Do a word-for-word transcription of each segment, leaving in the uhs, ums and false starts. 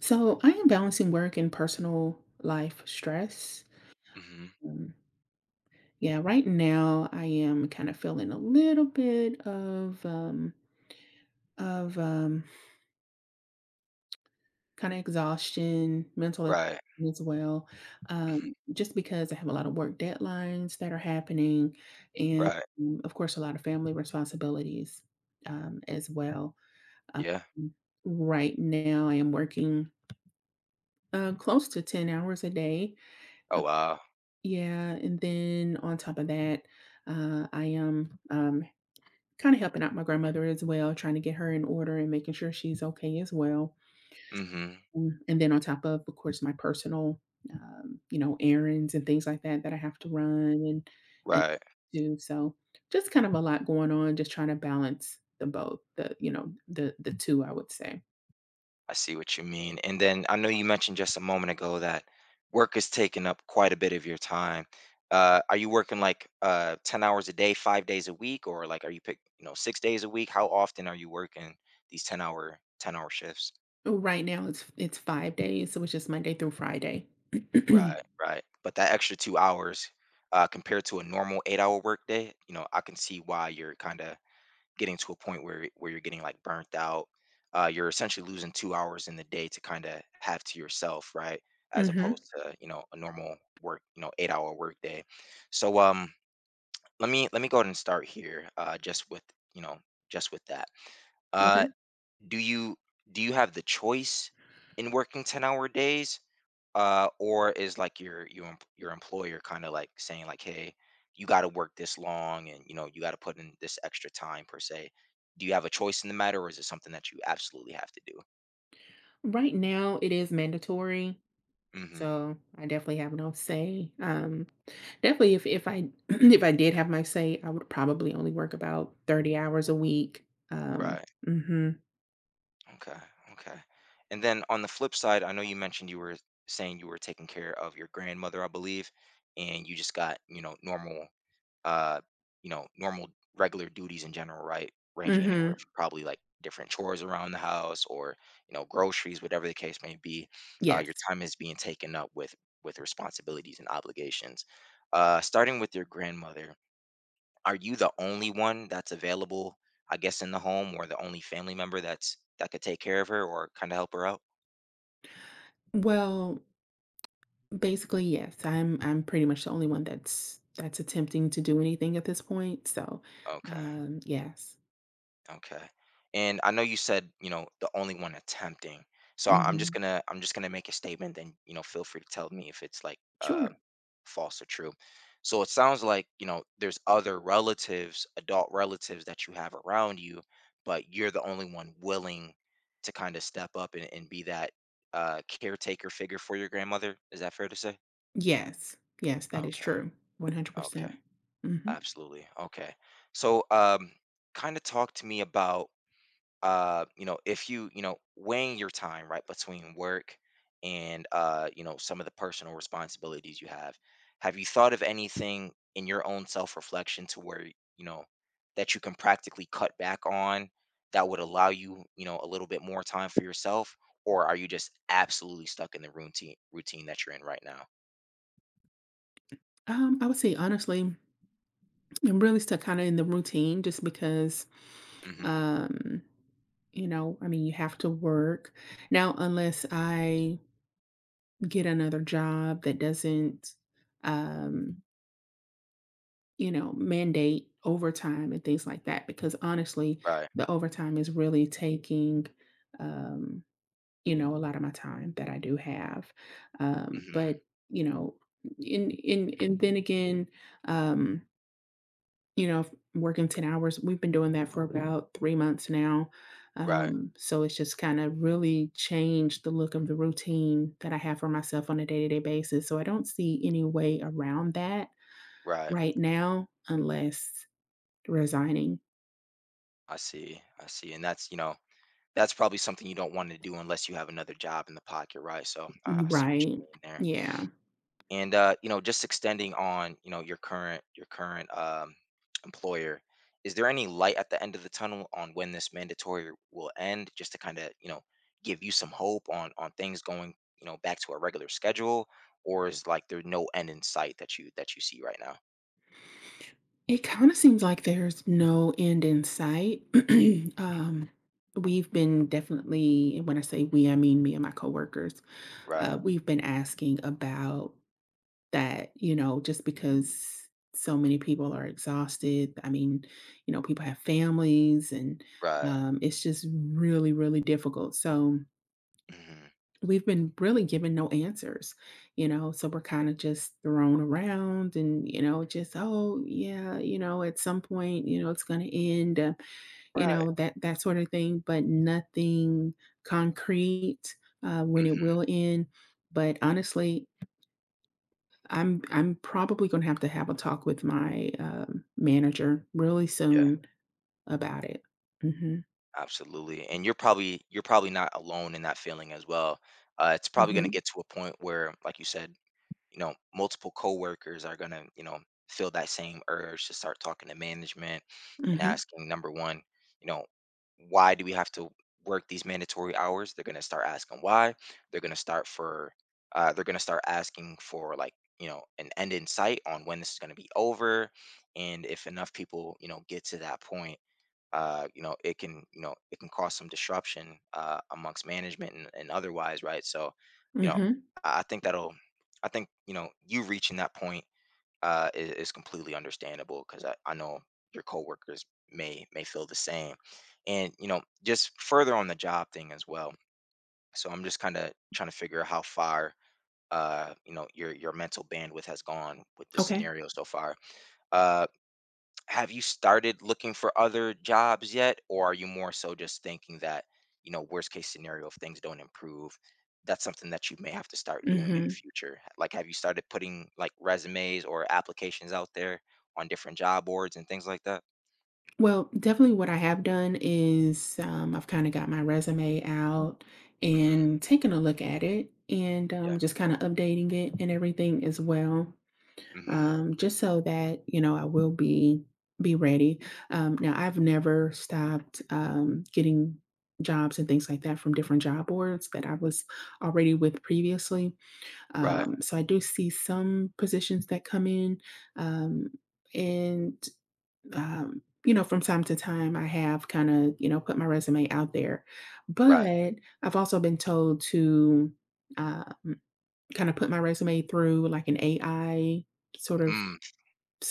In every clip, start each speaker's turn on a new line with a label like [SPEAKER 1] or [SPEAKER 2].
[SPEAKER 1] So I am balancing work and personal life stress.
[SPEAKER 2] Mhm.
[SPEAKER 1] Um, yeah, right now I am kind of feeling a little bit of um, of um, kind of exhaustion, mental exhaustion
[SPEAKER 2] Right.
[SPEAKER 1] as well,
[SPEAKER 2] Mhm.
[SPEAKER 1] um, just because I have a lot of work deadlines that are happening, and
[SPEAKER 2] Right.
[SPEAKER 1] um, of course a lot of family responsibilities um, as well. Um,
[SPEAKER 2] Yeah.
[SPEAKER 1] right now I am working uh, close to ten hours a day.
[SPEAKER 2] Oh, wow.
[SPEAKER 1] Yeah, and then on top of that, uh, I am um, kind of helping out my grandmother as well, trying to get her in order and making sure she's okay as well.
[SPEAKER 2] Mhm.
[SPEAKER 1] Mm. And then on top of, of course, my personal, um, you know, errands and things like that that I have to run and and
[SPEAKER 2] Right.
[SPEAKER 1] do. So just kind of a lot going on, just trying to balance the both, the you know, the the two, I would say.
[SPEAKER 2] I see what you mean. And then I know you mentioned just a moment ago that work is taking up quite a bit of your time. Uh, are you working like uh, ten hours a day, five days a week, or like are you pick, you know, six days a week? How often are you working these ten hour, ten hour shifts?
[SPEAKER 1] Oh, right now, it's it's five days, so it's just Monday through Friday.
[SPEAKER 2] Right, right. But that extra two hours uh, compared to a normal eight hour work day, you know, I can see why you're kind of getting to a point where where you're getting like burnt out. Uh, you're essentially losing two hours in the day to kind of have to yourself, right? As
[SPEAKER 1] Hmm.
[SPEAKER 2] opposed to you know a normal work, you know, eight hour work day. So um, let me let me go ahead and start here. Uh, just with you know just with that. Uh,
[SPEAKER 1] Okay.
[SPEAKER 2] do you do you have the choice in working ten hour days? Uh or is like your your em- your employer kind of like saying like, hey, you got to work this long, and you know you got to put in this extra time per se. Do you have a choice in the matter, or is it something that you absolutely have to do?
[SPEAKER 1] Right now, it is mandatory,
[SPEAKER 2] Hmm.
[SPEAKER 1] so I definitely have no say. Um, definitely, if if I if I did have my say, I would probably only work about thirty hours a week. Um,
[SPEAKER 2] Right.
[SPEAKER 1] hmm
[SPEAKER 2] Okay. Okay. And then on the flip side, I know you mentioned you were saying you were taking care of your grandmother, I believe, and you just got you know normal uh, you know, normal regular duties in general, right? Ranging anywhere
[SPEAKER 1] hmm
[SPEAKER 2] from probably like different chores around the house or, you know, groceries, whatever the case may be. Uh,
[SPEAKER 1] Yes.
[SPEAKER 2] your time is being taken up with with responsibilities and obligations. Uh, starting with your grandmother, are you the only one that's available, I guess, in the home, or the only family member that's that could take care of her or kind of help her out?
[SPEAKER 1] Well, basically, yes. I'm I'm pretty much the only one that's that's attempting to do anything at this point. So,
[SPEAKER 2] Okay.
[SPEAKER 1] um, yes.
[SPEAKER 2] Okay. And I know you said, you know, the only one attempting. So I- I'm just
[SPEAKER 1] Hmm.
[SPEAKER 2] gonna I'm just gonna make a statement, and you know, feel free to tell me if it's like uh
[SPEAKER 1] Sure.
[SPEAKER 2] false or true. So it sounds like, you know, there's other relatives, adult relatives that you have around you, but you're the only one willing to kind of step up and, and be that uh caretaker figure for your grandmother. Is that fair to say?
[SPEAKER 1] Yes. Yes, that is
[SPEAKER 2] Okay.
[SPEAKER 1] true.
[SPEAKER 2] Okay.
[SPEAKER 1] one hundred percent. Hmm.
[SPEAKER 2] Absolutely. Okay. So um kind of talk to me about uh you know, if you you know weighing your time, right, between work and uh you know some of the personal responsibilities you have have you thought of anything in your own self-reflection to where you know that you can practically cut back on that would allow you you know a little bit more time for yourself? Or are you just absolutely stuck in the routine routine that you're in right now?
[SPEAKER 1] Um, I would say honestly. I'm really stuck kinda in the routine just because,
[SPEAKER 2] Hmm.
[SPEAKER 1] um, you know, I mean, you have to work. Now, unless I get another job that doesn't, um, you know, mandate overtime and things like that, because honestly,
[SPEAKER 2] Right.
[SPEAKER 1] the overtime is really taking, um, you know, a lot of my time that I do have. Um,
[SPEAKER 2] Hmm.
[SPEAKER 1] but, you know, in in and then again, um you know, working ten hours, we've been doing that for about three months now,
[SPEAKER 2] Right.
[SPEAKER 1] um, so it's just kinda really changed the look of the routine that I have for myself on a day-to-day basis, so I don't see any way around that
[SPEAKER 2] Right.
[SPEAKER 1] right now unless resigning.
[SPEAKER 2] I see. I see. And that's you know, that's probably something you don't wanna do unless you have another job in the pocket, right? So, I I see what you
[SPEAKER 1] Right.
[SPEAKER 2] mean there.
[SPEAKER 1] Yeah.
[SPEAKER 2] And, uh, you know, just extending on, you know, your current your current, um, employer, is there any light at the end of the tunnel on when this mandatory will end, just to kinda, you know, give you some hope on on things going, you know, back to a regular schedule? Or is, like, there no end in sight that you that you see right now?
[SPEAKER 1] It kinda seems like there's no end in sight. Um, we've been, definitely, and when I say we, I mean me and my coworkers,
[SPEAKER 2] Right,
[SPEAKER 1] uh, we've been asking about that, you know, just because so many people are exhausted. I mean, you know, people have families and
[SPEAKER 2] right.
[SPEAKER 1] um, it's just really, really difficult. So
[SPEAKER 2] Mhm.
[SPEAKER 1] we've been really given no answers, you know, so we're kind of just thrown around and, you know, just, oh, yeah, you know, at some point, you know, it's going to end, uh, you
[SPEAKER 2] Right.
[SPEAKER 1] know, that, that sort of thing, but nothing concrete uh, when it
[SPEAKER 2] Mhm.
[SPEAKER 1] will end. But honestly, I'm I'm probably gonna have to have a talk with my, um, manager really
[SPEAKER 2] Yeah.
[SPEAKER 1] soon about it. Mhm.
[SPEAKER 2] Absolutely, and you're probably you're probably not alone in that feeling as well. Uh, it's probably going to
[SPEAKER 1] Mhm.
[SPEAKER 2] get to a point where, like you said, you know, multiple coworkers are going to, you know, feel that same urge to start talking to management and
[SPEAKER 1] Mhm.
[SPEAKER 2] asking, number one, you know, why do we have to work these mandatory hours? They're going to start asking why. They're going to start for, uh, they're going to start asking for, like, you know, an end in sight on when this is going to be over, and if enough people, you know, get to that point, uh, you know, it can, you know, it can cause some disruption uh, amongst management and, and otherwise, right? So, you know,
[SPEAKER 1] Mhm.
[SPEAKER 2] I I think that'll, I think, you know, you reaching that point uh, is, is completely understandable, because I, I know your coworkers may may feel the same. And you know, just further on the job thing as well. So I'm just kind of trying to figure out how far, uh, you know, your your mental bandwidth has gone with the
[SPEAKER 1] Okay.
[SPEAKER 2] scenario so far. Uh, have you started looking for other jobs yet, or are you more so just thinking that, you know, worst case scenario, if things don't improve, that's something that you may have to start doing in the
[SPEAKER 1] Mhm.
[SPEAKER 2] future? Like, have you started putting like resumes or applications out there on different job boards and things like that?
[SPEAKER 1] Well, definitely what I have done is, um, I've kinda got my resume out
[SPEAKER 2] Hmm.
[SPEAKER 1] and taken a look at it and,
[SPEAKER 2] Yeah.
[SPEAKER 1] um, just kinda updating it and everything as well.
[SPEAKER 2] Hmm.
[SPEAKER 1] Um, just so that you know I will be be ready. Um, now I've never stopped um, getting jobs and things like that from different job boards that I was already with previously.
[SPEAKER 2] Right.
[SPEAKER 1] Um, so I do see some positions that come in, um, and um, you know, from time to time I have kind of, you know, put my resume out there,
[SPEAKER 2] Right.
[SPEAKER 1] but I've also been told to, um, kind of put my resume through like an A I sort of
[SPEAKER 2] Mm.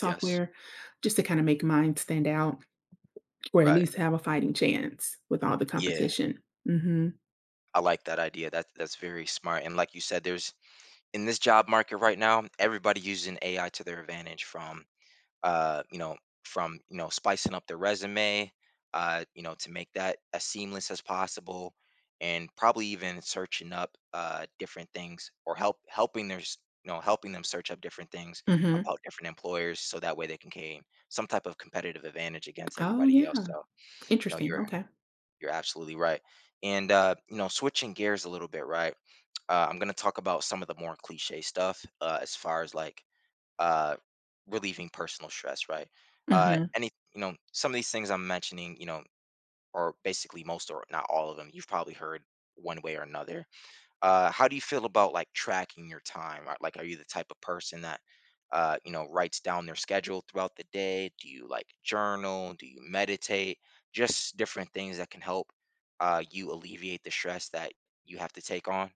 [SPEAKER 2] Yes.
[SPEAKER 1] just to kind of make mine stand out or at
[SPEAKER 2] Right.
[SPEAKER 1] least have a fighting chance with all the
[SPEAKER 2] Yeah.
[SPEAKER 1] competition. Mhm.
[SPEAKER 2] I like that idea. That that's very smart. And like you said, there's in this job market right now, everybody using A I to their advantage, from uh, you know, from you know spicing up the resume, uh, you know, to make that as seamless as possible, and probably even searching up uh, different things, or help helping their s- you know, helping them search up different things
[SPEAKER 1] Mhm.
[SPEAKER 2] about different employers, so that way they can gain some type of competitive advantage against
[SPEAKER 1] Oh,
[SPEAKER 2] everybody else.
[SPEAKER 1] yeah.
[SPEAKER 2] So you know,
[SPEAKER 1] Interesting.
[SPEAKER 2] you're
[SPEAKER 1] Okay.
[SPEAKER 2] you're absolutely right. And uh, you know, switching gears a little bit, right? Uh, I'm gonna talk about some of the more cliche stuff uh, as far as like uh, relieving personal stress, right? Uh,
[SPEAKER 1] Mhm.
[SPEAKER 2] any, you know, some of these things I'm mentioning, you know, or basically most or not all of them, you've probably heard one way or another. Uh, how do you feel about like tracking your time? Right? Like, are you the type of person that, uh, you know, writes down their schedule throughout the day? Do you like journal? Do you meditate? Just different things that can help uh, you alleviate the stress that you have to take on.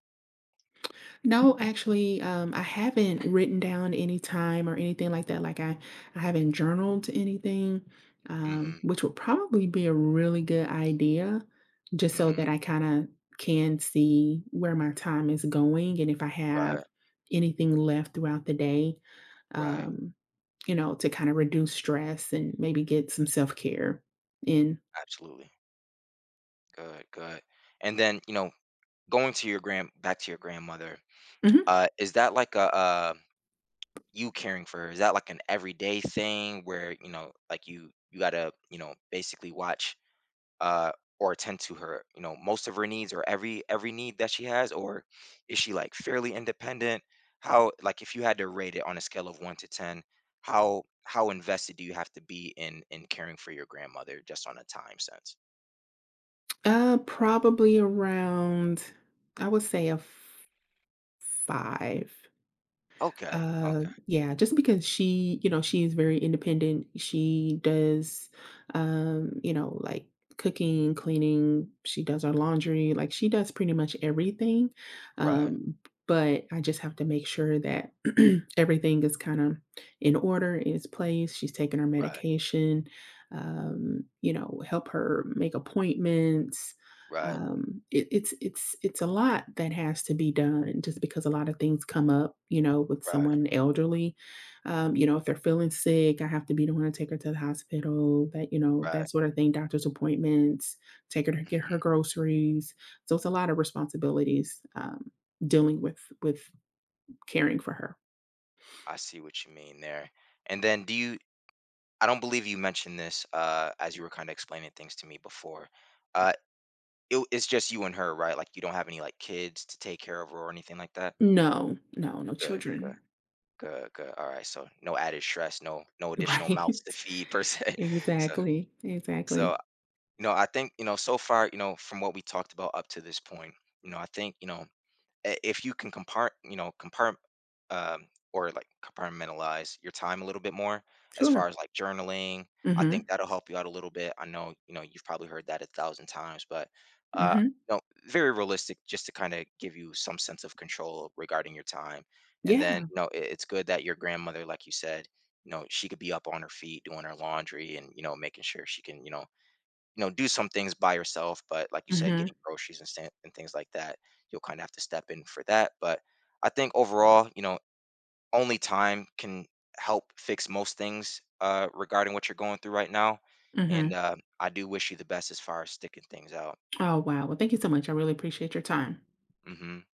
[SPEAKER 1] No, actually, um, I haven't written down any time or anything like that. Like I, I haven't journaled anything,
[SPEAKER 2] Mm-hmm.
[SPEAKER 1] um, which would probably be a really good idea, just so
[SPEAKER 2] Mm-hmm.
[SPEAKER 1] that I kind of can see where my time is going and if I have
[SPEAKER 2] Right.
[SPEAKER 1] anything left throughout the day,
[SPEAKER 2] Right.
[SPEAKER 1] um, you know, to kind of reduce stress and maybe get some self-care in.
[SPEAKER 2] Absolutely. Good. Good. And then, you know, going to your grand back to your grandmother,
[SPEAKER 1] Mhm.
[SPEAKER 2] uh is that like a uh you caring for her, is that like an everyday thing where you know, like, you you gotta you know, basically watch uh or attend to her, you know, most of her needs or every every need that she has? Or is she like fairly independent? How, like, if you had to rate it on a scale of one to ten, how how invested do you have to be in in caring for your grandmother, just on a time sense?
[SPEAKER 1] Uh, probably around, I would say a f- five.
[SPEAKER 2] Okay.
[SPEAKER 1] Uh,
[SPEAKER 2] Okay.
[SPEAKER 1] yeah, just because she, you know, she is very independent. She does, um, you know, like cooking, cleaning. She does our laundry. Like she does pretty much everything.
[SPEAKER 2] Right.
[SPEAKER 1] Um, but I just have to make sure that everything is kind of in order, in its place. She's taking her
[SPEAKER 2] Right.
[SPEAKER 1] medication. Um, you know, help her make appointments.
[SPEAKER 2] Right.
[SPEAKER 1] um, it it's it's it's a lot that has to be done just because a lot of things come up, you know, with
[SPEAKER 2] Right.
[SPEAKER 1] someone elderly. Um, you know, if they're feeling sick, I have to be the one to take her to the hospital, that, you know,
[SPEAKER 2] Right.
[SPEAKER 1] that sort of thing, doctor's appointments, take her to get her
[SPEAKER 2] Mhm.
[SPEAKER 1] groceries. So it's a lot of responsibilities, um, dealing with with caring for her.
[SPEAKER 2] I see what you mean there. And then do you, I don't believe you mentioned this uh as you were kind of explaining things to me before. Uh it, it's just you and her, right? Like, you don't have any like kids to take care of or anything like that?
[SPEAKER 1] No, no, no
[SPEAKER 2] Good, good,
[SPEAKER 1] children.
[SPEAKER 2] good, good. All right. So no added stress, no no additional
[SPEAKER 1] Right.
[SPEAKER 2] mouths to feed per se. So
[SPEAKER 1] Exactly.
[SPEAKER 2] so
[SPEAKER 1] Exactly.
[SPEAKER 2] you know, I think, you know, so far, you know, from what we talked about up to this point, you know, I think, you know, i- if you can compart you know compart um, or like compartmentalize your time a little bit more, as
[SPEAKER 1] Sure.
[SPEAKER 2] far as like journaling, I think
[SPEAKER 1] Mhm.
[SPEAKER 2] that'll help you out a little bit. I know you know you've probably heard that a thousand times, but uh
[SPEAKER 1] Mhm.
[SPEAKER 2] no, very realistic, just to kind of give you some sense of control regarding your time. And then
[SPEAKER 1] Yeah.
[SPEAKER 2] you know it- it's good that your grandmother, like you said, you know, she could be up on her feet doing her laundry and you know making sure she can you know you know do some things by yourself, but like you said,
[SPEAKER 1] Mhm.
[SPEAKER 2] getting groceries and, st- and things like that, you'll kind of have to step in for that. But I think overall, you know, only time can help fix most things, uh, regarding what you're going through right now. And
[SPEAKER 1] Mhm.
[SPEAKER 2] uh, I do wish you the best as far as sticking things out.
[SPEAKER 1] Oh, wow. Well, thank you so much. I really appreciate your time.
[SPEAKER 2] Hmm.